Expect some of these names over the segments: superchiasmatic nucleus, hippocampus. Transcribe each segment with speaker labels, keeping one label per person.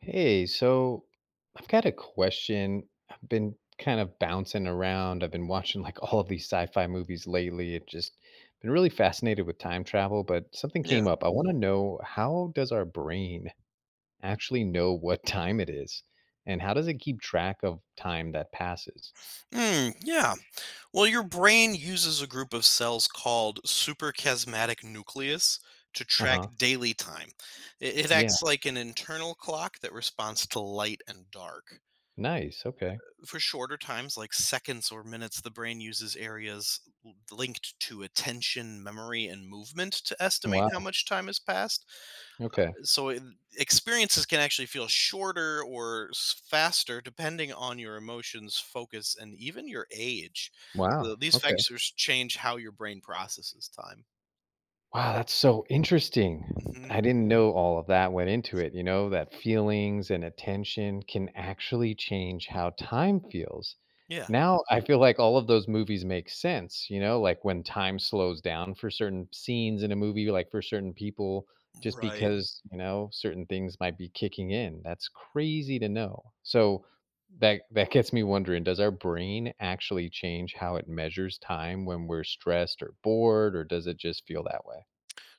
Speaker 1: Hey, so I've got a question. I've been kind of bouncing around. I've been watching like all of these sci-fi movies lately. It just been really fascinated with time travel, but something
Speaker 2: Yeah.
Speaker 1: came up. I want to know, how does our brain actually know what time it is? And how does it keep track of time that passes?
Speaker 2: Mm, yeah. Well, your brain uses a group of cells called superchiasmatic nucleus to track
Speaker 1: Uh-huh.
Speaker 2: daily time. It
Speaker 1: Yeah.
Speaker 2: acts like an internal clock that responds to light and dark.
Speaker 1: Nice. Okay.
Speaker 2: For shorter times, like seconds or minutes, the brain uses areas linked to attention, memory, and movement to estimate how
Speaker 1: Wow.
Speaker 2: much time has passed.
Speaker 1: Okay.
Speaker 2: so it- Experiences can actually feel shorter or faster depending on your emotions, focus, and even your age,
Speaker 1: Wow.
Speaker 2: so these
Speaker 1: Okay.
Speaker 2: factors change how your brain processes time.
Speaker 1: Wow, that's so interesting.
Speaker 2: hmm
Speaker 1: I didn't know all of that went into it, you know, that feelings and attention can actually change how time feels.
Speaker 2: yeah,
Speaker 1: Now I feel like all of those movies make sense, you know, like when time slows down for certain scenes in a movie, like for certain people, just
Speaker 2: right.
Speaker 1: because, you know, certain things might be kicking in. That's crazy to know. So that gets me wondering, does our brain actually change how it measures time when we're stressed or bored, or does it just feel that way?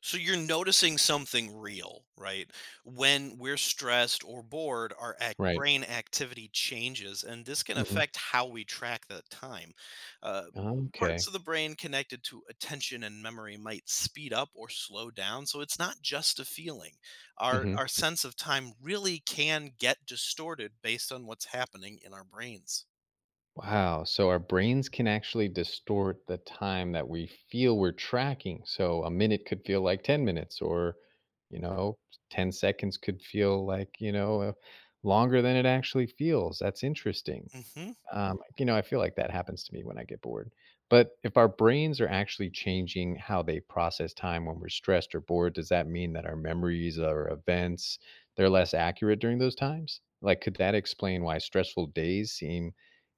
Speaker 2: So you're noticing something real, right? When we're stressed or bored, our
Speaker 1: Right.
Speaker 2: brain activity changes, and this can
Speaker 1: Mhm.
Speaker 2: affect how we track the time. Uh, Parts
Speaker 1: Okay.
Speaker 2: of the brain connected to attention and memory might speed up or slow down, so it's not just a feeling. Our
Speaker 1: Mhm.
Speaker 2: our sense of time really can get distorted based on what's happening in our brains.
Speaker 1: Wow. So our brains can actually distort the time that we feel we're tracking. So a minute could feel like 10 minutes or, you know, 10 seconds could feel like, longer than it actually feels. That's interesting.
Speaker 2: Mhm.
Speaker 1: You know, I feel like that happens to me when I get bored. But if our brains are actually changing how they process time when we're stressed or bored, does that mean that our memories or events they're less accurate during those times? Like, could that explain why stressful days seem,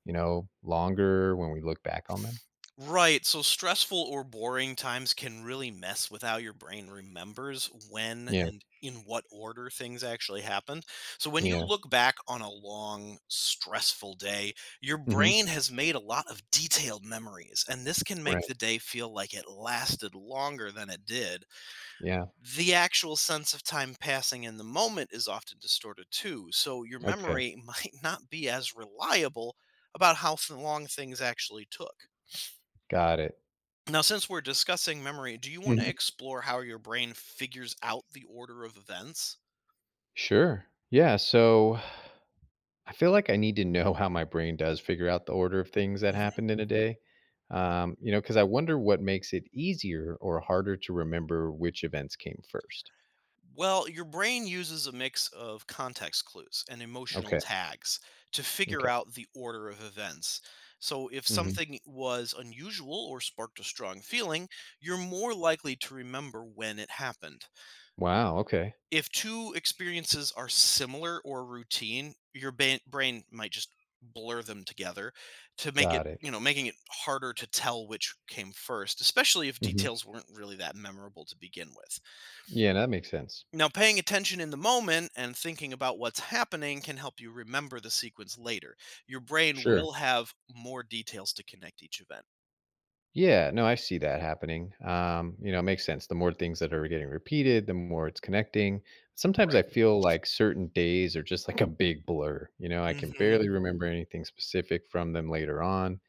Speaker 1: you know, longer when we look back on them?
Speaker 2: Right, so stressful or boring times can really mess with how your brain remembers when
Speaker 1: Yeah,
Speaker 2: and in what order things actually happened. So when you
Speaker 1: yeah,
Speaker 2: look back on a long, stressful day, your
Speaker 1: hmm,
Speaker 2: brain has made a lot of detailed memories, and this can make
Speaker 1: right,
Speaker 2: the day feel like it lasted longer than it did.
Speaker 1: yeah,
Speaker 2: The actual sense of time passing in the moment is often distorted too, so your
Speaker 1: okay,
Speaker 2: memory might not be as reliable about how long things actually took.
Speaker 1: got it.
Speaker 2: Now, since we're discussing memory, do you want to
Speaker 1: Hmm.
Speaker 2: explore how your brain figures out the order of events?
Speaker 1: Sure, yeah. So I feel like I need to know how my brain does figure out the order of things that
Speaker 2: hmm
Speaker 1: happened in a day. You know, because I wonder what makes it easier or harder to remember which events came first.
Speaker 2: Well, your brain uses a mix of context clues and emotional
Speaker 1: Okay.
Speaker 2: tags to figure
Speaker 1: Okay.
Speaker 2: out the order of events. So, if
Speaker 1: Hmm.
Speaker 2: something was unusual or sparked a strong feeling, you're more likely to remember when it happened.
Speaker 1: Wow. Okay.
Speaker 2: If two experiences are similar or routine, your brain might just blur them together to make it,
Speaker 1: Got it.
Speaker 2: you know, making it harder to tell which came first, especially if
Speaker 1: Hmm.
Speaker 2: details weren't really that memorable to begin with.
Speaker 1: Yeah, that makes sense.
Speaker 2: Now, paying attention in the moment and thinking about what's happening can help you remember the sequence later. Your brain
Speaker 1: Sure.
Speaker 2: will have more details to connect each event.
Speaker 1: Yeah. No, I see that happening. You know, it makes sense. The more things that are getting repeated, the more it's connecting. Sometimes I
Speaker 2: Right.
Speaker 1: feel like certain days are just like a big blur. You know, I can
Speaker 2: Mhm.
Speaker 1: barely remember anything specific from them later on.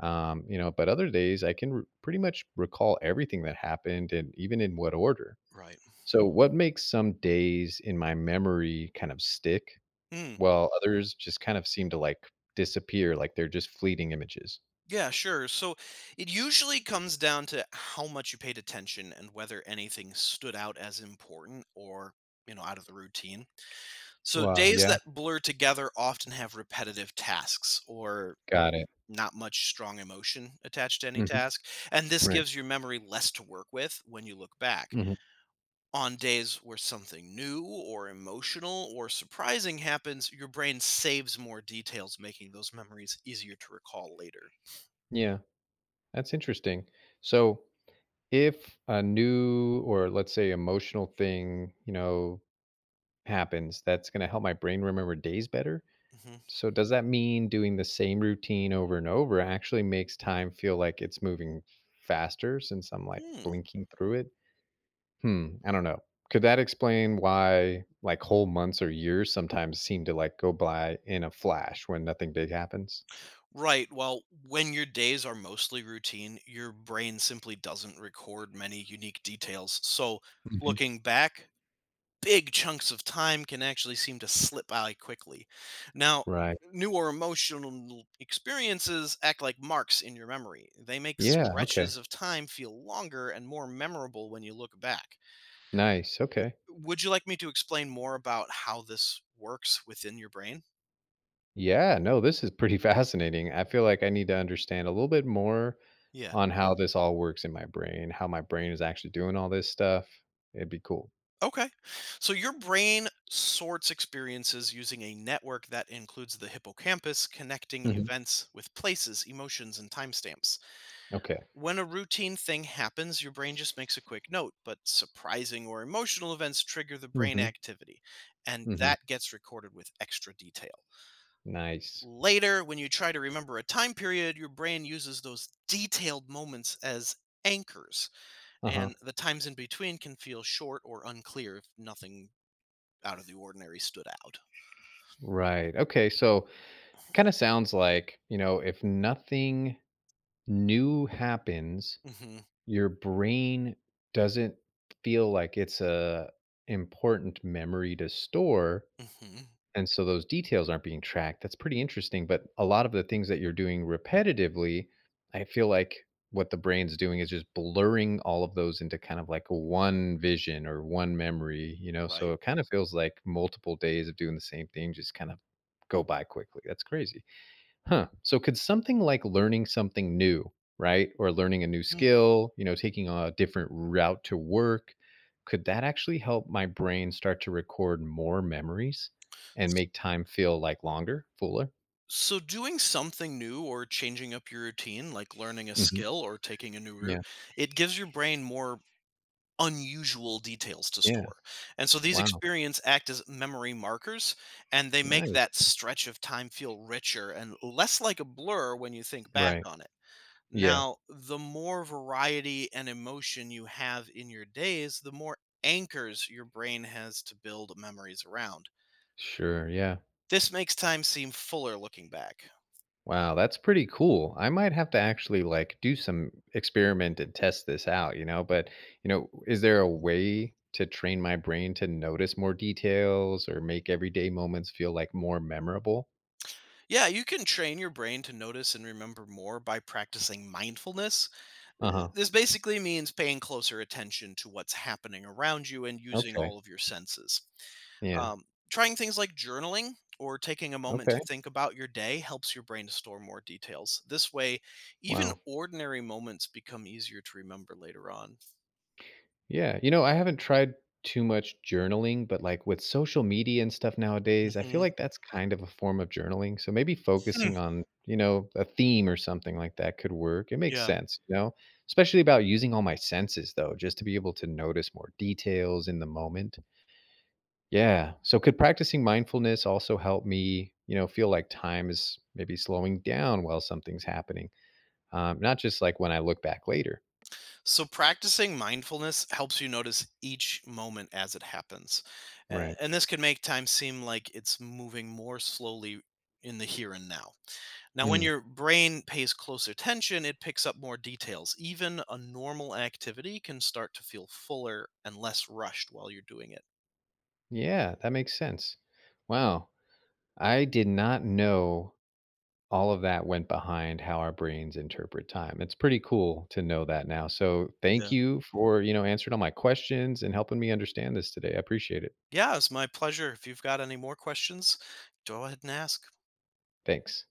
Speaker 1: You know, but other days I can r pretty much recall everything that happened and even in what order.
Speaker 2: Right.
Speaker 1: So what makes some days in my memory kind of stick,
Speaker 2: Mm.
Speaker 1: while others just kind of seem to, like, disappear, like they're just fleeting images?
Speaker 2: Yeah, sure. So it usually comes down to how much you paid attention and whether anything stood out as important or, you know, out of the routine. So
Speaker 1: Wow,
Speaker 2: days
Speaker 1: yeah.
Speaker 2: that blur together often have repetitive tasks or
Speaker 1: Got it.
Speaker 2: not much strong emotion attached to any
Speaker 1: Mhm,
Speaker 2: task. And this
Speaker 1: right.
Speaker 2: gives your memory less to work with when you look back.
Speaker 1: Mhm.
Speaker 2: On days where something new or emotional or surprising happens, your brain saves more details, making those memories easier to recall later.
Speaker 1: Yeah, that's interesting. So if a new or let's say emotional thing, you know, happens, that's gonna help my brain remember days better?
Speaker 2: Mhm.
Speaker 1: So does that mean doing the same routine over and over actually makes time feel like it's moving faster since I'm like
Speaker 2: Hmm.
Speaker 1: blinking through it? Hmm, I don't know. Could that explain why like whole months or years sometimes seem to like go by in a flash when nothing big happens?
Speaker 2: Right. Well, when your days are mostly routine, your brain simply doesn't record many unique details. So,
Speaker 1: Hmm.
Speaker 2: looking back, big chunks of time can actually seem to slip by quickly. Now,
Speaker 1: Right.
Speaker 2: newer emotional experiences act like marks in your memory. They make
Speaker 1: Yeah, okay.
Speaker 2: stretches of time feel longer and more memorable when you look back.
Speaker 1: Nice.
Speaker 2: W-
Speaker 1: Okay.
Speaker 2: Would you like me to explain more about how this works within your brain?
Speaker 1: Yeah, no, this is pretty fascinating. I feel like I need to understand a little bit more
Speaker 2: Yeah.
Speaker 1: on how this all works in my brain, how my brain is actually doing all this stuff. It'd be cool.
Speaker 2: Okay. So your brain sorts experiences using a network that includes the hippocampus, connecting
Speaker 1: Mhm.
Speaker 2: events with places, emotions, and timestamps.
Speaker 1: Okay.
Speaker 2: When a routine thing happens, your brain just makes a quick note, but surprising or emotional events trigger the brain
Speaker 1: Mhm.
Speaker 2: activity, and
Speaker 1: Mhm.
Speaker 2: that gets recorded with extra detail.
Speaker 1: Nice.
Speaker 2: Later, when you try to remember a time period, your brain uses those detailed moments as anchors,
Speaker 1: Uh-huh.
Speaker 2: and the times in between can feel short or unclear if nothing out of the ordinary stood out.
Speaker 1: Right. Okay, so it kinda sounds like, you know, if nothing new happens,
Speaker 2: hmm
Speaker 1: your brain doesn't feel like it's a important memory to store,
Speaker 2: hmm
Speaker 1: and so those details aren't being tracked. That's pretty interesting. But a lot of the things that you're doing repetitively, I feel like what the brain's doing is just blurring all of those into kind of like one vision or one memory, you know? So
Speaker 2: Right.
Speaker 1: it kind of feels like multiple days of doing the same thing just kind of go by quickly. That's crazy. Huh. So could something like learning something new, right? Or learning a new skill, you know, taking a different route to work, could that actually help my brain start to record more memories and make time feel like longer, fuller?
Speaker 2: So, doing something new or changing up your routine, like learning a
Speaker 1: Hmm.
Speaker 2: skill or taking a new route,
Speaker 1: Yeah.
Speaker 2: it gives your brain more unusual details to
Speaker 1: Yeah.
Speaker 2: store. And so, these
Speaker 1: Wow.
Speaker 2: experiences act as memory markers and they make that
Speaker 1: Nice.
Speaker 2: stretch of time feel richer and less like a blur when you think back
Speaker 1: Right.
Speaker 2: on it.
Speaker 1: Yeah.
Speaker 2: Now, the more variety and emotion you have in your days, the more anchors your brain has to build memories around.
Speaker 1: Sure. Yeah.
Speaker 2: This makes time seem fuller looking back.
Speaker 1: Wow, that's pretty cool. I might have to actually like do some experiment and test this out, you know, but you know, is there a way to train my brain to notice more details or make everyday moments feel like more memorable?
Speaker 2: Yeah, you can train your brain to notice and remember more by practicing mindfulness. Uh,
Speaker 1: Uh-huh.
Speaker 2: This basically means paying closer attention to what's happening around you and using
Speaker 1: Okay.
Speaker 2: all of your senses.
Speaker 1: Yeah.
Speaker 2: Um, Trying things like journaling or taking a moment to
Speaker 1: Okay.
Speaker 2: think about your day helps your brain to store more details. This way, even
Speaker 1: Wow.
Speaker 2: ordinary moments become easier to remember later on.
Speaker 1: Yeah, you know, I haven't tried too much journaling, but like with social media and stuff nowadays, I feel
Speaker 2: hmm
Speaker 1: like that's kind of a form of journaling. So maybe
Speaker 2: Hmm,
Speaker 1: focusing on, you know, a theme or something like that could work. It makes
Speaker 2: Yeah.
Speaker 1: sense, you know, especially about using all my senses though, just to be able to notice more details in the moment. Yeah. So could practicing mindfulness also help me, you know, feel like time is maybe slowing down while something's happening? Not just like when I look back later.
Speaker 2: So, practicing mindfulness helps you notice each moment as it happens.
Speaker 1: Right.
Speaker 2: And this can make time seem like it's moving more slowly in the here and now. Now, when
Speaker 1: Mm.
Speaker 2: your brain pays close attention, it picks up more details. Even a normal activity can start to feel fuller and less rushed while you're doing it.
Speaker 1: Yeah, that makes sense. Wow. I did not know all of that went behind how our brains interpret time. It's pretty cool to know that now. So thank
Speaker 2: Yeah.
Speaker 1: you for, you know, answering all my questions and helping me understand this today. I appreciate it.
Speaker 2: Yeah, it's my pleasure. If you've got any more questions, go ahead and ask.
Speaker 1: Thanks.